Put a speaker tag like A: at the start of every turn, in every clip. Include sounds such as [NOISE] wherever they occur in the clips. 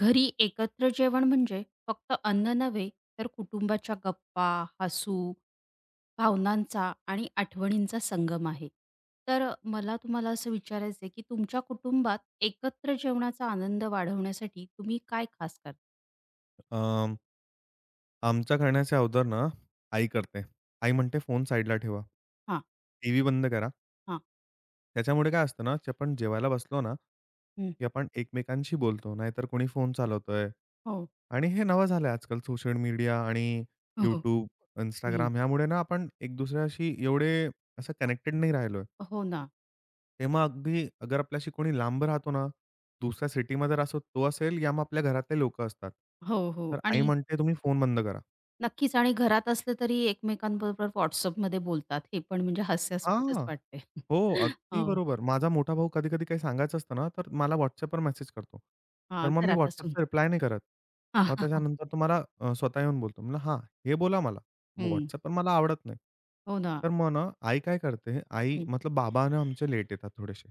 A: घरी एकत्र जेवण म्हणजे फक्त अन्न नव्हे, तर कुटुंबाच्या गप्पा, हसू, भावनांचा आणि आठवणींचा संगम आहे. तर मला तुम्हाला असं विचारायचं आहे, की तुमच्या कुटुंबात एकत्र जेवणाचा आनंद वाढवण्यासाठी तुम्ही काय खास करता?
B: अं, आमच्या करण्याच्या अगोदर ना, आई करते. आई म्हणते, "फोन साइडला ठेवा.
A: हां,
B: टीव्ही बंद करा."
A: हां.
B: त्याच्यामुळे काय असतं ना, की आपण जेवायला बसलो ना,
A: हं.
B: की आपण एकमेकांशी बोलतो. नाहीतर कोणी फोन चालवतोय
A: हो,
B: आणि हे नवं झालं आहे आजकाल. सोशल मीडिया आणि
A: हो, हो.
B: YouTube,
A: हं.
B: Instagram ह्यामुळे ना आपण एक दुसऱ्याशी एवढे असं कनेक्टेड नाही राहिलोय.
A: हो ना.
B: तेव्हा अगदी अगर आपल्याशी कोणी लांब राहतो ना, दुसऱ्या सिटीमध्ये असो तो असेल, या मग आपल्या घरातले लोकं असतात.
A: हो, हो.
B: तर आई
A: आणि
B: म्हणते, "तुम्ही फोन बंद करा."
A: नक्कीच आणि घरात असलं तरी एकमेकांबरोबर WhatsAppमध्ये बोलतात. हे पण म्हणजे हास्यास्पदच
B: हां.
A: वाटते.
B: हो,
A: [LAUGHS]
B: अगदी
A: हो.
B: बरोबर. माझा मोठा भाऊ कधी-कधी काही सांगायचं असतं ना, तर मला WhatsAppवर मेसेज करतो. तर
A: हां,
B: मग मी
A: घरात असून.
B: WhatsAppचा रिप्लाय नाही करत. मग
A: [LAUGHS]
B: त्याच्यानंतर तो मला स्वतः येऊन बोलतो. म्हणलं, "हां, हे बोला मला." मग
A: हं.
B: WhatsAppवर मला आवडत नाही.
A: हो ना.
B: तर मग ना, आई काय करते, आई
A: हं.
B: मतलब बाबा ना आमचे लेट येतात थोडेसे.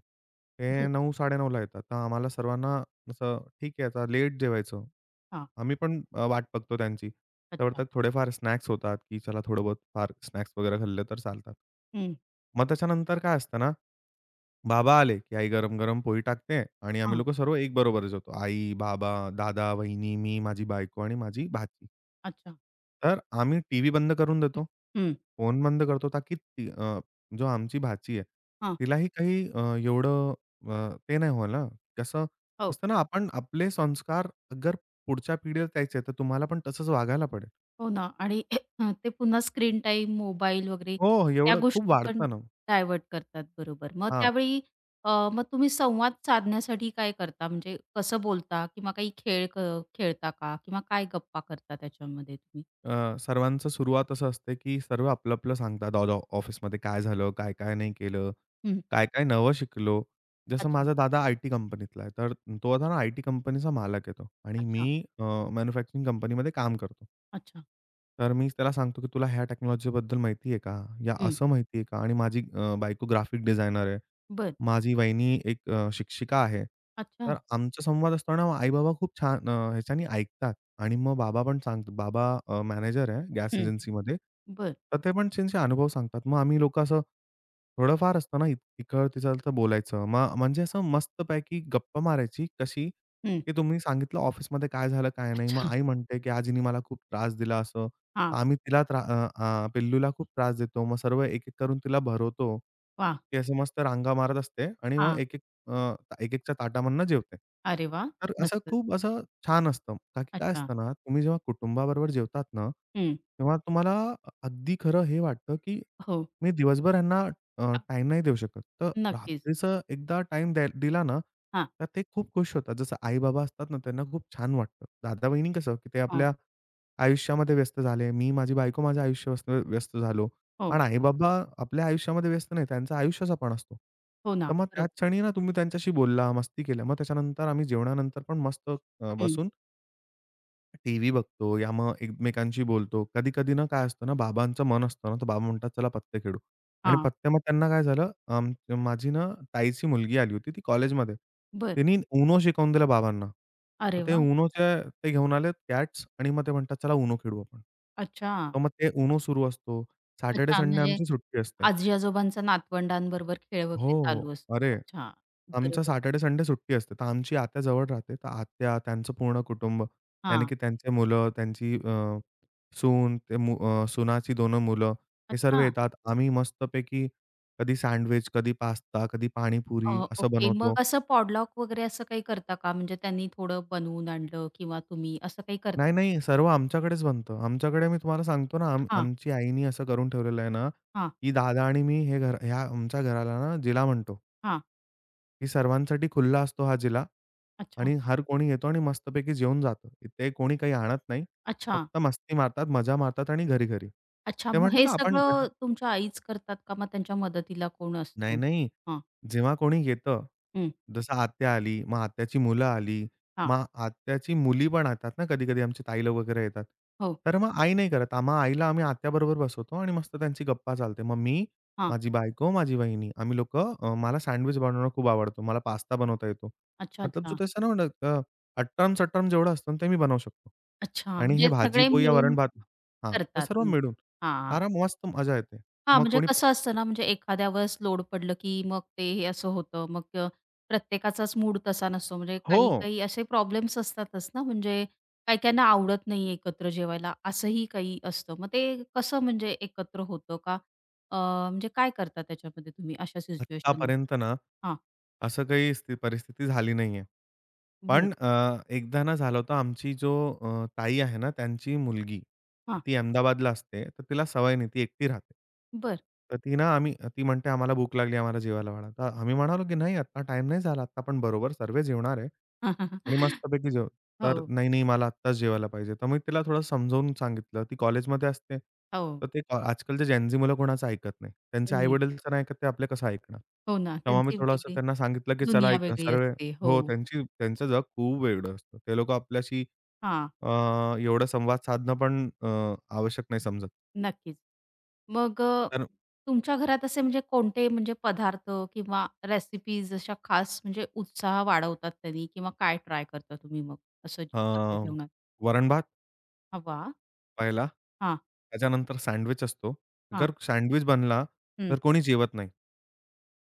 B: ते
A: बरं.
B: 9:00-9:30ला येतात. तर आम्हाला सर्वांना असं ठीक आहे, आता लेट जेवायचं.
A: हां.
B: आम्ही पण वाट बघतो त्यांची. त्यावर
A: अच्छा.
B: थोडेफार स्नॅक्स होतात, की चला थोडं बहुत फार स्नॅक्स वगैरे खाल्ले तर चालतात.
A: हं.
B: मग त्याच्यानंतर काय असतं ना, बाबा आले, की आई गरम-गरम पोळी टाकते आणि आम्ही
A: हां.
B: लोकं सर्व एक बरोबरच होतो. आई, बाबा, दादा, वहिनी, मी, माझी बायको आणि माझी भाची.
A: अच्छा.
B: तर आम्ही टीव्ही बंद करून देतो.
A: हं.
B: फोन बंद करतो ताकी ती जो आमची भाची आहे,
A: हां.
B: तिलाही काही एवढं ते नाही होईल ना. कसं
A: हो.
B: असतं ना, आपण आपले संस्कार अगर पुढच्या पिढीला द्यायचे, तर तुम्हाला पण तसंच वागायला पडेल.
A: हो ना आणि [CLEARS THROAT] ते पुन्हा स्क्रीन टाईम, मोबाईल वगैरे
B: हो,
A: त्या
B: एवढं खूप
A: गोष्टी पण
B: वाढतं ना.
A: डायव्हर्ट करतात. बरोबर. मग
B: हां.
A: त्यावेळी मग तुम्ही संवाद साधण्यासाठी काय करता? म्हणजे कसं बोलता किंवा काही खेळता का? किंवा काय गप्पा करता त्याच्यामध्ये तुम्ही?
B: सर्वांचं सुरुवात असं असते, की सर्व आपलं-आपलं सांगतात. दादा ऑफिसमध्ये काय झालं, काय-काय नाही केलं,
A: हं.
B: काय-काय नवं शिकलो. जसं
A: अच्छा,
B: माझा दादा आय-टी कंपनीतला आहे. तर तो आता ना आय-टी कंपनीचा मालक आहे आणि
A: अच्छा,
B: मी मॅन्युफॅक्चरिंग कंपनीमध्ये काम करतो.
A: अच्छा.
B: तर मी त्याला सांगतो, की "तुला ह्या टेक्नॉलॉजीबद्दल माहिती आहे का? या
A: हं.
B: असं माहिती आहे का?" आणि माझी बायको ग्राफिक डिझायनर आहे.
A: बरं.
B: माझी वहिनी एक शिक्षिका आहे.
A: अच्छा.
B: तर आमचा संवाद असताना आई-बाबा खूप छान ह्याच्याने ऐकतात. आणि मग बाबा पण सांगतात. बाबा मॅनेजर आहे गॅस
A: हं.
B: एजन्सीमध्ये.
A: बरं.
B: तर ते पण त्यांचे अनुभव सांगतात. मग आम्ही लोकं असं थोडंफार असतं ना, इकडं-तिकडचं बोलायचं. मग म्हणजे असं मस्तपैकी गप्पा मारायची. कशी?
A: हं.
B: की तुम्ही सांगितलं ऑफिसमध्ये काय झालं, काय नाही. मग
A: अच्छा.
B: आई म्हणते, की "आज मला खूप त्रास दिला असं."
A: हां.
B: आम्ही तिला पिल्लूला खूप त्रास देतो. मग सर्व एक-एक करून तिला भरवतो.
A: वाह!
B: ती असं मस्त रांगा मारत असते आणि मग
A: हां.
B: अ, एक-एकच्या ताटामधनं जेवते.
A: अरे वाह!
B: तर असं
A: मस्तच.
B: खूप असं छान असतं. का की काय
A: अच्छा.
B: असतं ना, तुम्ही जेव्हा कुटुंबाबरोबर जेवतात ना,
A: हं.
B: तेव्हा तुम्हाला अगदी खरं हे वाटतं, की
A: हो.
B: मी दिवसभर ह्यांना
A: हां,
B: टाईम नाही देऊ शकत. तर
A: नक्कीच.
B: रात्रीचं एकदा टाईम द्या दिला ना,
A: हां,
B: तर ते खूप खुश होतात. जसं आई-बाबा असतात ना, त्यांना खूप छान वाटतं. दादा-वहिनी कसं, की ते
A: हो,
B: आपल्या आयुष्यामध्ये व्यस्त झाले. मी, माझी बायको माझ्या आयुष्यात व्यस्त व्यस्त झालो.
A: हो,
B: पण आई-बाबा आपल्या आयुष्यामध्ये व्यस्त नाही. त्यांचा आयुष्याचा पण असतो.
A: हो ना,
B: तर मग त्याच
A: बरोबर.
B: क्षणी ना तुम्ही त्यांच्याशी बोलला, मस्ती केल्या. मग त्याच्यानंतर आम्ही जेवणानंतर पण मस्त
A: हं.
B: बसून टीव्ही बघतो या मग एकमेकांशी बोलतो. कधी-कधी ना काय असतं ना, बाबांचं मन असतं ना, तर बाबा म्हणतात, "चला पत्ते खेळू." आणि
A: हां,
B: पत्ते मग त्यांना काय झालं, माझी ना ताईची मुलगी आली होती, ती कॉलेजमध्ये.
A: बरं.
B: तिनी UNO शिकवून दिलं बाबांना. तर
A: अरे
B: ते
A: वाह!
B: UNOच्या ते घेऊन आले कॅट्स आणि मग ते म्हणतात, "चला UNO खेळू आपण."
A: अच्छा,
B: तर मग ते UNO सुरू असतो. सॅटर्डे,
A: अच्छा,
B: संडे
A: म्हणजे
B: आमची सुट्टी असते.
A: आजी-आजोबांचा नातवंडांबरोबर खेळ
B: हो,
A: वगैरे
B: हो.
A: चालू असतो.
B: अरे
A: अच्छा,
B: आमचा
A: बरोबर.
B: सॅटर्डे-संडे सुट्टी असते. तर आमची आत्या जवळ राहते. तर आत्या, त्यांचं पूर्ण कुटुंब, यानी
A: हां,
B: की त्यांचे मुलं, त्यांची सून, सुनाची 2 मुलं, हे सर्व
A: अच्छा.
B: येतात. आम्ही मस्तपैकी कधी सँडविच, कधी पास्ता, कधी
A: अ,
B: पाणीपुरी असं
A: ओके.
B: बनवतो.
A: मग असं पॉडलॉक वगैरे असं काही करता का? म्हणजे त्यांनी थोडं बनवून आणलं किंवा तुम्ही असं काही
B: नाही,
A: करता का?
B: नाही, सर्व आमच्याकडेच बनतं. आमच्याकडे मी तुम्हाला सांगतो ना, आम
A: हां,
B: आमची आईनी असं करून ठेवलेलं आहे ना,
A: हां,
B: की दादा आणि मी हे घर ह्या आमच्या घराला ना, जिला म्हणतो,
A: हां.
B: की सर्वांसाठी खुला असतो हा जिला.
A: अच्छा,
B: आणि हर कोणी येतो आणि मस्तपैकी जेवून जातो. ते कोणी काही आणत नाही.
A: अच्छा,
B: फक्त मस्ती मारतात, मजा मारतात आणि घरी-घरी.
A: अच्छा.
B: ते
A: मग
B: म्हणतात
A: हे
B: ना आपण
A: सगळं
B: [LAUGHS]
A: तुमच्या आईच करतात का? मग त्यांच्या मदतीला कोण
B: नाही,
A: असतो?
B: नाही.
A: हां,
B: जेव्हा कोणी येतं,
A: हं,
B: जसं आत्या आली, मग आत्याची मुलं आली,
A: हां,
B: मग आत्याची मुली पण येतात ना कधी-कधी आमची ताई लोक वगैरे येतात.
A: हो,
B: तर मग आई नाही करत. मग आईला आम्ही आत्याबरोबर बसवतो आणि मस्त त्यांची गप्पा चालते. मग मी,
A: हां.
B: माझी बायको, माझी वहिनी आम्ही लोकं मला सँडविच बनवणं खूप आवडतो. मला पास्ता बनवता येतो.
A: अच्छा,
B: मतलब जो
A: अच्छा.
B: तसं ना अट्टम-सट्टम जेवढं असतं ना ते मी बनवू शकतो.
A: अच्छा,
B: आणि हे
A: म्हणजे सगळे
B: भाजी-पोळी या
A: मिळून
B: वरण-भात हां, ते
A: करतात
B: सर्व
A: म्हणजे.
B: मिळून.
A: हां,
B: आराम मस्त मजा येते.
A: हां,
B: मग
A: म्हणजे
B: कोणी
A: कसं असतं ना, म्हणजे एखाद्यावरच लोड पडलं, की मग ते हे असं होतं. मग प्रत्येकाचाच मूड तसा नसतो. म्हणजे
B: हो.
A: काही-काही असे प्रॉब्लेम्स असतातच ना, म्हणजे काही-काहींना आवडत नाही एकत्र जेवायला, असंही काही असतं. मग ते कसं म्हणजे एकत्र होतं का? अ, म्हणजे काय करता त्याच्यामध्ये तुम्ही अशा सिच्युएशनमध्ये?
B: आत्तापर्यंत ना,
A: हां,
B: असं काही स्थिती परिस्थिती झाली नाहीये.
A: बरं.
B: पण एकदा ना झालं होतं आमची जो ताई आहे ना, त्यांची मुलगी,
A: हां,
B: ती अहमदाबादला असते. तर तिला सवय नाही, ती एकटी राहते.
A: बरं.
B: तर ती ना आम्ही ती म्हणते, "आम्हाला भूक लागली, आम्हाला जेवायला वाढा." तर आम्ही म्हणालो, की "नाही, आत्ता टाइम नाही झाला. आत्ता आपण बरोबर सर्व जेवणार आहे आणि
A: [LAUGHS]
B: मस्तपैकी जेवू." तर
A: हो,
B: "नाही, नाही, मला आत्ताच जेवायला पाहिजे." तर मी तिला थोडं समजावून सांगितलं. ती कॉलेजमध्ये असते.
A: हो.
B: तर ते आजकालचे जेनझी मुलं कोणाचं ऐकत नाही. त्यांचे आई-वडील तर नाही ऐकत, ते आपले कसं ऐकणार?
A: हो ना,
B: तेव्हा मी
A: त्यांची
B: थोडंसं
A: वेगळी
B: त्यांना सांगितलं, की "चला,
A: दुनिया वेगळी
B: सर्व
A: असते. हो.
B: हो, त्यांची त्यांचं जग खूप वेगळं असतं." ते लोकं आपल्याशी
A: हां,
B: अ, एवढा संवाद साधणं पण आवश्यक नाही समजत.
A: नक्कीच. मग
B: तर
A: तुमच्या घरात असे म्हणजे कोणते म्हणजे पदार्थ किंवा रेसिपीज अशा खास म्हणजे उत्साह वाढवतात त्यांनी किंवा काय ट्राय करता तुम्ही मग असं
B: अ,
A: एकत्र जेवणात?
B: वरण-भात
A: हां, वाह!
B: पहिला,
A: हां,
B: त्याच्यानंतर सँडविच असतो.
A: हां.
B: जर सँडविच बनला,
A: हं.
B: तर कोणी जेवत नाही.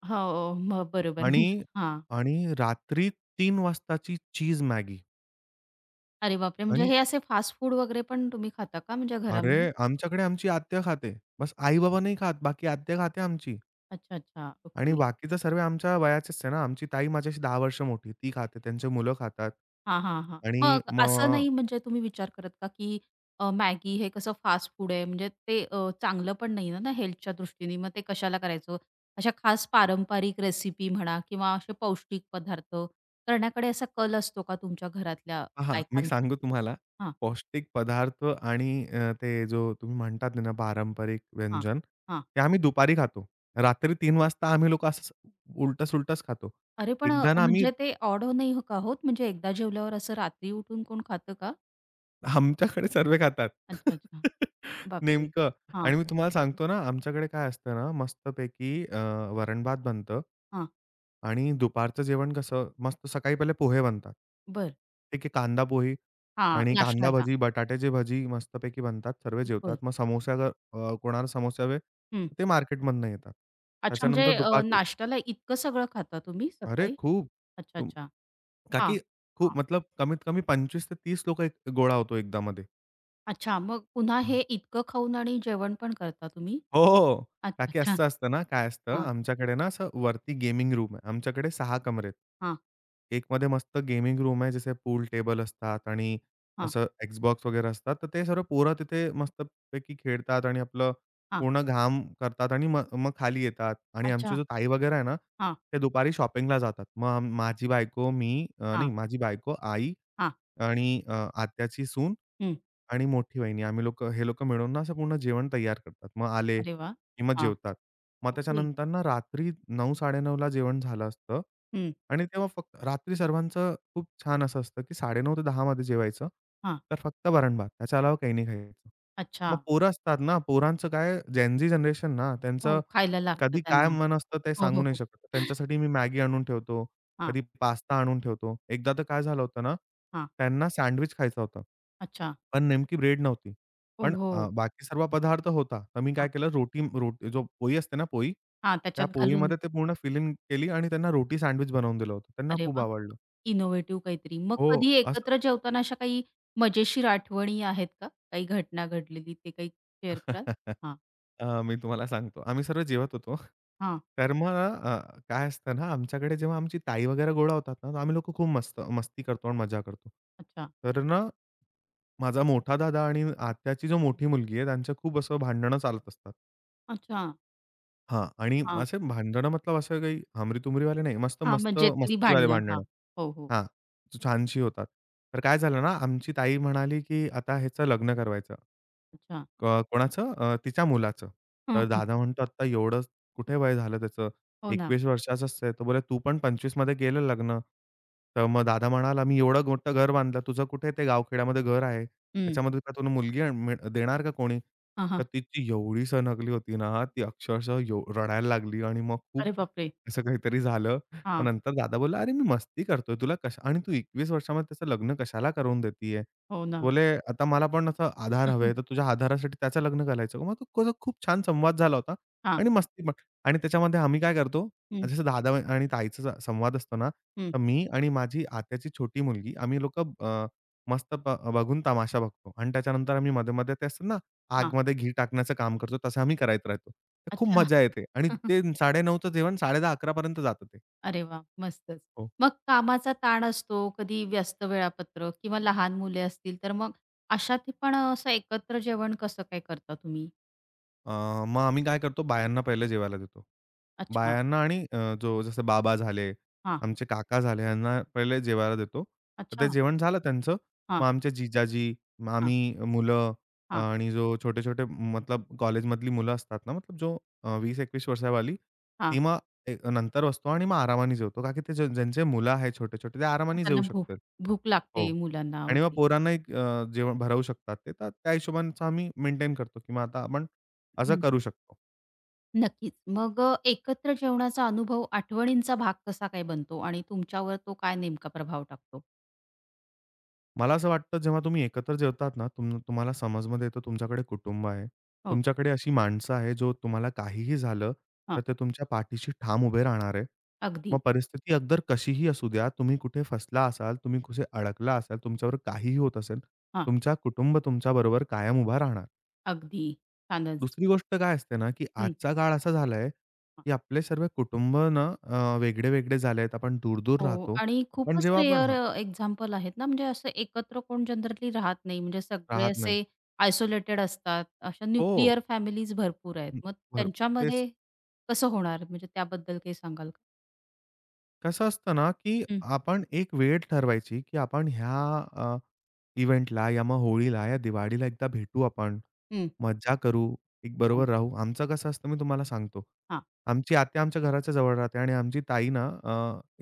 A: हो, मग बरोबर.
B: आणि
A: म्हणजे हां.
B: आणि रात्री 3 वाजताची चीज मॅगी.
A: अरे बापरे! म्हणजे
B: आणि
A: हे असे फास्ट फूड वगैरे पण तुम्ही खाता का म्हणजे घरामध्ये?
B: अरे, आमच्याकडे आमची आत्या खाते. बस आई-बाबा नाही खात, बाकी आत्या खाते आमची.
A: अच्छा, अच्छा.
B: आणि
A: ओके.
B: बाकी तर सर्व आमच्या वयाचेच आहे ना. आमची ताई माझ्याशी 10 वर्ष मोठी आहे. ती खाते, त्यांची मुलं खातात.
A: हां, हां, हां.
B: आणि
A: मग असं
B: मग
A: नाही म्हणजे तुम्ही विचार करत का, की मॅगी हे कसं फास्ट फूड आहे म्हणजे ते चांगलं पण नाही ना ना हेल्थच्या दृष्टीने, मग ते कशाला करायचं? अशा खास पारंपरिक रेसिपी म्हणा किंवा असे पौष्टिक पदार्थ करण्याकडे असा कल असतो का तुमच्या घरातल्या
B: हां, मी
A: बायकांचा?
B: सांगू तुम्हाला
A: हां,
B: पौष्टिक पदार्थ आणि ते जो तुम्ही म्हणतात ना पारंपरिक
A: हां,
B: व्यंजन,
A: हां.
B: ते आम्ही दुपारी खातो. रात्री 3 वाजता आम्ही लोकं असं उलटं-सुलटंच खातो.
A: अरे पण
B: एकदा ना आम्ही
A: म्हणजे ते ऑड नाही हो का होत? म्हणजे एकदा जेवल्यावर असं रात्री उठून कोण खातं का?
B: आमच्याकडे सर्वे खातात.
A: अच्छा, अच्छा.
B: [LAUGHS]
A: बापरे!
B: नेमकं.
A: हां,
B: आणि मी तुम्हाला सांगतो ना, आमच्याकडे काय असतं ना, मस्तपैकी वरण-भात बनतं
A: हां.
B: आणि दुपारचं जेवण कसं मस्त सकाळी पहिले पोहे बनतात.
A: बरं.
B: ठीक आहे, कांदा पोहे
A: हां,
B: आणि कांदा
A: नाश्त्याला.
B: भजी, बटाट्याची भजी मस्तपैकी बनतात. सर्व जेवतात.
A: बरं.
B: मग समोसा जर कोणाला समोसे हवे, ते मार्केटमधनं येतात.
A: अच्छा,
B: त्याच्यानंतर
A: म्हणजे
B: दुपारचं
A: नाश्त्याला इतकं सगळं खाता तुम्ही
B: अरे
A: सकाळी?
B: खूप!
A: अच्छा,
B: तुम
A: अच्छा.
B: का
A: हां,
B: की
A: हां.
B: खूप मतलब कमीत कमी 25 ते 30 लोकं एक गोळा होतो एकदामध्ये.
A: अच्छा, मग पुन्हा हे इतकं खाऊन आणि जेवण पण करता तुम्ही?
B: हो. हो, हो. का
A: अच्छा,
B: की
A: अच्छा.
B: असं असतं ना, काय असतं
A: हां,
B: आमच्याकडे ना असं वरती गेमिंग रूम आहे. आमच्याकडे 6 कमरे आहेत.
A: हां,
B: एकमध्ये मस्त गेमिंग रूम आहे, जसे पूल टेबल असतात आणि
A: हां,
B: असं Xbox वगैरे असतात. तर ते सर्व पोरं तिथे मस्तपैकी खेळतात आणि आपलं
A: हां.
B: पूर्ण घाम करतात आणि मग मग खाली येतात आणि आमची
A: अच्छा.
B: जो ताई वगैरे आहे ना,
A: हां,
B: ते दुपारी शॉपिंगला जातात. मग माझी बायको, मी नाही
A: हां,
B: माझी बायको, आई
A: हां.
B: आणि आत्याची सून
A: हं.
B: आणि मोठी वहिनी आम्ही लोक, हे लोकं मिळून ना असं पूर्ण जेवण तयार करतात. मग आले
A: अरे वाह!
B: की मग
A: हां.
B: जेवतात. मग
A: ओके.
B: त्याच्यानंतर ना रात्री 9:00-9:30 ला जेवण झालं असतं
A: हं.
B: आणि तेव्हा फक्त रात्री सर्वांचं खूप छान असं असतं की 9:30 ते 10:00 मध्ये जेवायचं.
A: हां.
B: तर फक्त वरण-भात त्याच्या अलावा काही नाही खायचं.
A: अच्छा.
B: मग पोरं असतात ना, पोरांचं काय जेन जनरेशन ना, त्यांचं
A: हो, खायला लागतं
B: कधी काय
A: त्यांना.
B: मन असतं ते
A: हो, हो,
B: सांगू नाही
A: हो.
B: शकत. त्यांच्यासाठी मी मॅगी आणून ठेवतो.
A: हां,
B: कधी पास्ता आणून ठेवतो. एकदा तर काय झालं होतं ना,
A: हां.
B: त्यांना सँडविच खायचा होता.
A: अच्छा.
B: पण नेमकी ब्रेड नव्हती.
A: हो,
B: पण
A: हो.
B: बाकी सर्व पदार्थ होता. तर मी
A: हां,
B: काय केलं रोटी रोटी जो पोळी असते ना पोळी,
A: हां.
B: त्या
A: त्याच्यात घालून
B: पोळीमध्ये ते पूर्ण फिलिंग केली आणि त्यांना रोटी सँडविच बनवून दिलं होतं. त्यांना
A: अरे
B: खूप
A: वाह!
B: आवडलं.
A: इनोव्हेटिव्ह काहीतरी. मग
B: हो,
A: कधी
B: असं
A: एकत्र जेवताना अशा काही मजेशीर आठवणी आहेत का? काही घटना घडलेली ते काही शेअर कराल?
B: [LAUGHS]
A: हां,
B: मी तुम्हाला सांगतो. आम्ही सर्व जेवत होतो.
A: हां.
B: तर मग काय असतं ना, आमच्याकडे जेव्हा आमची ताई वगैरे गोळा होतात ना, तर आम्ही लोकं खूप मस्त मस्ती करतो आणि मजा करतो.
A: अच्छा,
B: तर ना माझा मोठा दादा आणि आत्याची जो मोठी मुलगी आहे, त्यांचं खूप असं भांडणं चालत असतात.
A: अच्छा.
B: हां आणि
A: हां,
B: असे भांडणं मतलब असं काही हमरी-तुमरीवाले नाही.
A: हां.
B: मस्त-मस्त
A: म्हणजे ती
B: मस्तीवाले
A: भांडणं. हां.
B: भांडणं.
A: हो, हो.
B: हां, छानशी होतात. तर काय झालं ना, आमची ताई म्हणाली, की "आता ह्याचं लग्न करवायचं."
A: अच्छा.
B: कोणाचं? तिच्या मुलाचं.
A: हं,
B: तर दादा
A: हं.
B: म्हणतो, "आत्ता एवढं कुठे वय झालं त्याचं?
A: हो ना.
B: 21 वर्षाचाच आहे." तो बोले, "तू पण 25 मध्ये केलं लग्न." तर मग दादा म्हणाला, "मी एवढं मोठं घर बांधलं. तुझं कुठे ते गावखेड्यामध्ये घर आहे.
A: हं.
B: त्याच्यामध्ये का तुला मुलगी आण मिळ देणार का कोणी?"
A: हां, हां.
B: तर तिची एवढी सणकली होती ना, ती अक्षरशः रडायला लागली आणि मग खूप
A: अरे बापरे!
B: असं काहीतरी झालं. मग
A: हां.
B: नंतर दादा बोलला, "अरे, मी मस्ती करतोय. तुला कशा आणि तू 21 वर्षामध्ये त्याचं लग्न कशाला करून देतीये?"
A: हो ना.
B: बोले, "आता मला पण असं आधार हवे. तर
A: [LAUGHS]
B: तुझ्या आधारासाठी त्याचं लग्न घालायचं." मग तो कसं खूप छान संवाद झाला होता
A: हां.
B: आणि मस्ती पण. आणि त्याच्यामध्ये आम्ही काय करतो,
A: हं,
B: जसं दादा आणि ताईचा संवाद असतो ना,
A: हं.
B: तर मी आणि माझी आत्याची छोटी मुलगी आम्ही लोकं मस्त बघून तमाशा बघतो आणि त्याच्यानंतर आम्ही मध्ये-मध्ये ते असतं ना,
A: हां.
B: आगमध्ये घी टाकण्याचं काम करतो, तसं आम्ही करायचं राहतो. तर खूप
A: अच्छा.
B: मजा येते आणि
A: [LAUGHS]
B: ते 9:30चं जेवण 10:30-11:00 पर्यंत जातं ते.
A: अरे वाह! मस्तच.
B: हो.
A: मग कामाचा ताण असतो, कधी व्यस्त वेळापत्रक किंवा लहान मुले असतील, तर मग अशात पण असं एकत्र जेवण कसं काय करता तुम्ही?
B: अ, मग आम्ही काय करतो बायांना पहिले जेवायला देतो.
A: अच्छा.
B: बायांना आणि जो जसे बाबा झाले,
A: हां.
B: आमचे काका झाले यांना पहिले जेवायला देतो. तर ते
A: अच्छा.
B: जेवण झालं त्यांचं.
A: हां,
B: मग आमचे जिजाजी, मग
A: हां,
B: आम्ही मुलं
A: हां,
B: आणि जो छोटे-छोटे मतलब कॉलेजमधली मुलं असतात ना, मतलब जो 20-21 वर्षावाली,
A: हां.
B: ती मग नंतर बसतो आणि मग आरामाने जेवतो. का की ते ज्यांचे मुलं आहेत छोटे-छोटे ते आरामाने जेवू
A: त्यांना भूक
B: शकतात.
A: भूक लागते
B: हो.
A: मुलांना
B: आणि मग
A: वगैरे.
B: पोरांना एक जेवण भरवू शकतात ते. तर त्या हिशोबाने आम्ही मेंटेन करतो, की मग आता आपण असं
A: हं.
B: करू शकतो.
A: नक्कीच. मग एकत्र जेवणाचा अनुभव आठवणींचा भाग कसा काय बनतो आणि तुमच्यावर तो काय नेमका प्रभाव टाकतो?
B: मला असं वाटतं जेव्हा तुम्ही एकत्र जेवतात ना, तुम्हाला समजमध्ये येतं तुमच्याकडे कुटुंब आहे.
A: हो.
B: तुमच्याकडे अशी माणसं आहे, जो तुम्हाला काहीही झालं,
A: हां.
B: तर ते तुमच्या पाठीशी ठाम उभे राहणार आहे.
A: अगदी.
B: मग परिस्थिती अगदर कशीही असू द्या, तुम्ही कुठे फसला असाल, तुम्ही कुठे अडकला असाल, तुमच्यावर काहीही होत असेल,
A: हां.
B: तुमचा कुटुंब तुमच्याबरोबर कायम उभा राहणार.
A: अगदी. छानच.
B: दुसरी गोष्ट काय असते ना, की
A: हं.
B: आजचा काळ असा झाला की आपले सर्व कुटुंब ना वेगळे-वेगळे झाले आहेत. आपण दूर-दूर
A: हो
B: राहतो.
A: आणि
B: पण
A: खूपच
B: जेव्हा आपण
A: रेअर
B: हां,
A: एक्झाम्पल आहेत ना, म्हणजे असं एकत्र कोण जनरली राहत नाही. म्हणजे सगळे
B: राहत नाही.
A: असे आयसोलेटेड असतात. अशा
B: हो.
A: न्यूक्लिअर फॅमिलीज भरपूर आहेत.
B: हं,
A: मग
B: बरं. तेच.
A: त्यांच्यामध्ये कसं होणार? म्हणजे त्याबद्दल काही सांगाल का?
B: कसं असतं ना, की
A: हं.
B: आपण एक वेळ ठरवायची, की आपण ह्या अ, इव्हेंटला या मग होळीला या दिवाळीला एकदा भेटू आपण.
A: हं.
B: मज्जा करू, एक
A: हो.
B: बरोबर राहू. आमचं कसं असतं मी तुम्हाला सांगतो.
A: हां.
B: आमची आत्या आमच्या घराच्या जवळ राहते आणि आमची ताई ना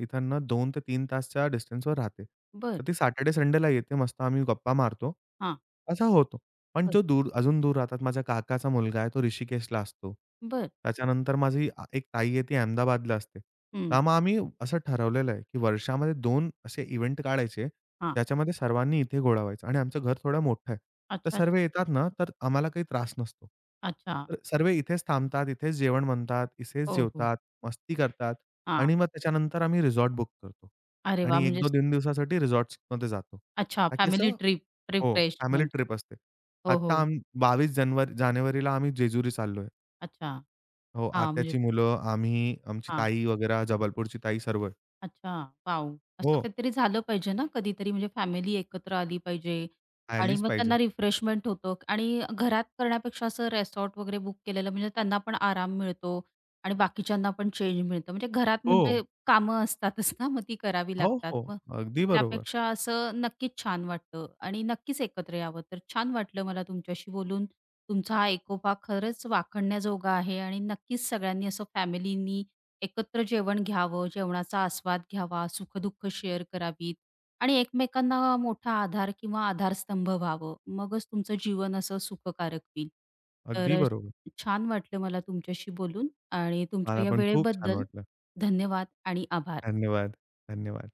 B: इथनं 2 ते 3 तासच्या डिस्टन्सवर राहते.
A: बरं.
B: तर ती सॅटर्डे संडेला येते. मस्त आम्ही गप्पा मारतो.
A: हां.
B: असं होतो. पण
A: बरं.
B: तो दूर अजून दूर राहतात. माझ्या काकाचा मुलगा आहे, तो ऋषिकेशला असतो.
A: बरं.
B: त्याच्यानंतर माझी एक ताई आहे, ती अहमदाबादला असते.
A: हं.
B: तर मग आम्ही असं ठरवलेलं आहे, की वर्षामध्ये 2 असे इव्हेंट काढायचे,
A: हां.
B: ज्याच्यामध्ये सर्वांनी इथे गोळा व्हायचं आणि आमचं घर थोडं मोठं आहे. तर
A: अच्छा,
B: सर्व
A: अच्छा.
B: येतात ना, तर आम्हाला काही त्रास नसतो.
A: अच्छा.
B: तर सर्व इथेच थांबतात, इथेच जेवण बनतात, इथेच
A: हो, हो.
B: जेवतात, मस्ती करतात
A: हां.
B: आणि मग त्याच्यानंतर आम्ही रिसॉर्ट बुक करतो
A: अरे वाह!
B: आणि
A: म्हणजे
B: 1-2-3 दिवसासाठी रिसॉर्ट्समध्ये जातो.
A: अच्छा
B: ताकी
A: फॅमिली
B: असं
A: ट्रिप,
B: हो, फॅमिली
A: रिफ्रेशमेंट.
B: ट्रिप असते.
A: हो, हो.
B: आता आम्ही 22 जानेवारीला आम्ही जेजुरी चाललोय.
A: अच्छा.
B: हो,
A: हां, म्हणजे
B: आत्याची मुलं, आम्ही, आमची ताई वगैरे, जबलपूरची ताई सर्व.
A: अच्छा, वॉव!
B: हो,
A: असं काहीतरी झालं पाहिजे ना कधीतरी, म्हणजे फॅमिली एकत्र आली पाहिजे आणि
B: आलीच
A: मग
B: पाहिजे.
A: त्यांना रिफ्रेशमेंट होतं आणि घरात करण्यापेक्षा असं रिसॉर्ट वगैरे बुक केलेलं म्हणजे त्यांना पण आराम मिळतो आणि बाकीच्यांना पण चेंज मिळतं. म्हणजे घरात
B: हो,
A: म्हणजे कामं असतातच ना, मग ती करावी
B: हो,
A: लागतात.
B: हो.
A: मग
B: अगदी बरोबर,
A: त्यापेक्षा असं नक्कीच छान वाटतं आणि नक्कीच एकत्र यावं. तर छान वाटलं मला तुमच्याशी बोलून. तुमचा हा एकोपा खरंच वाखणण्याजोगा आहे आणि नक्कीच सगळ्यांनी असं फॅमिलीनी एकत्र जेवण घ्यावं, जेवणाचा आस्वाद घ्यावा, सुख-दुःख शेअर करावीत आणि एकमेकांना मोठा आधार किंवा आधारस्तंभ व्हावं. मगच तुमचं जीवन असं सुखकारक होईल. तर
B: अगदी बरोबर.
A: छान वाटलं मला तुमच्याशी बोलून आणि
B: मला
A: तुमच्या या
B: पण खूप छान
A: वेळेबद्दल
B: वाटलं.
A: धन्यवाद आणि आभार.
B: धन्यवाद, धन्यवाद.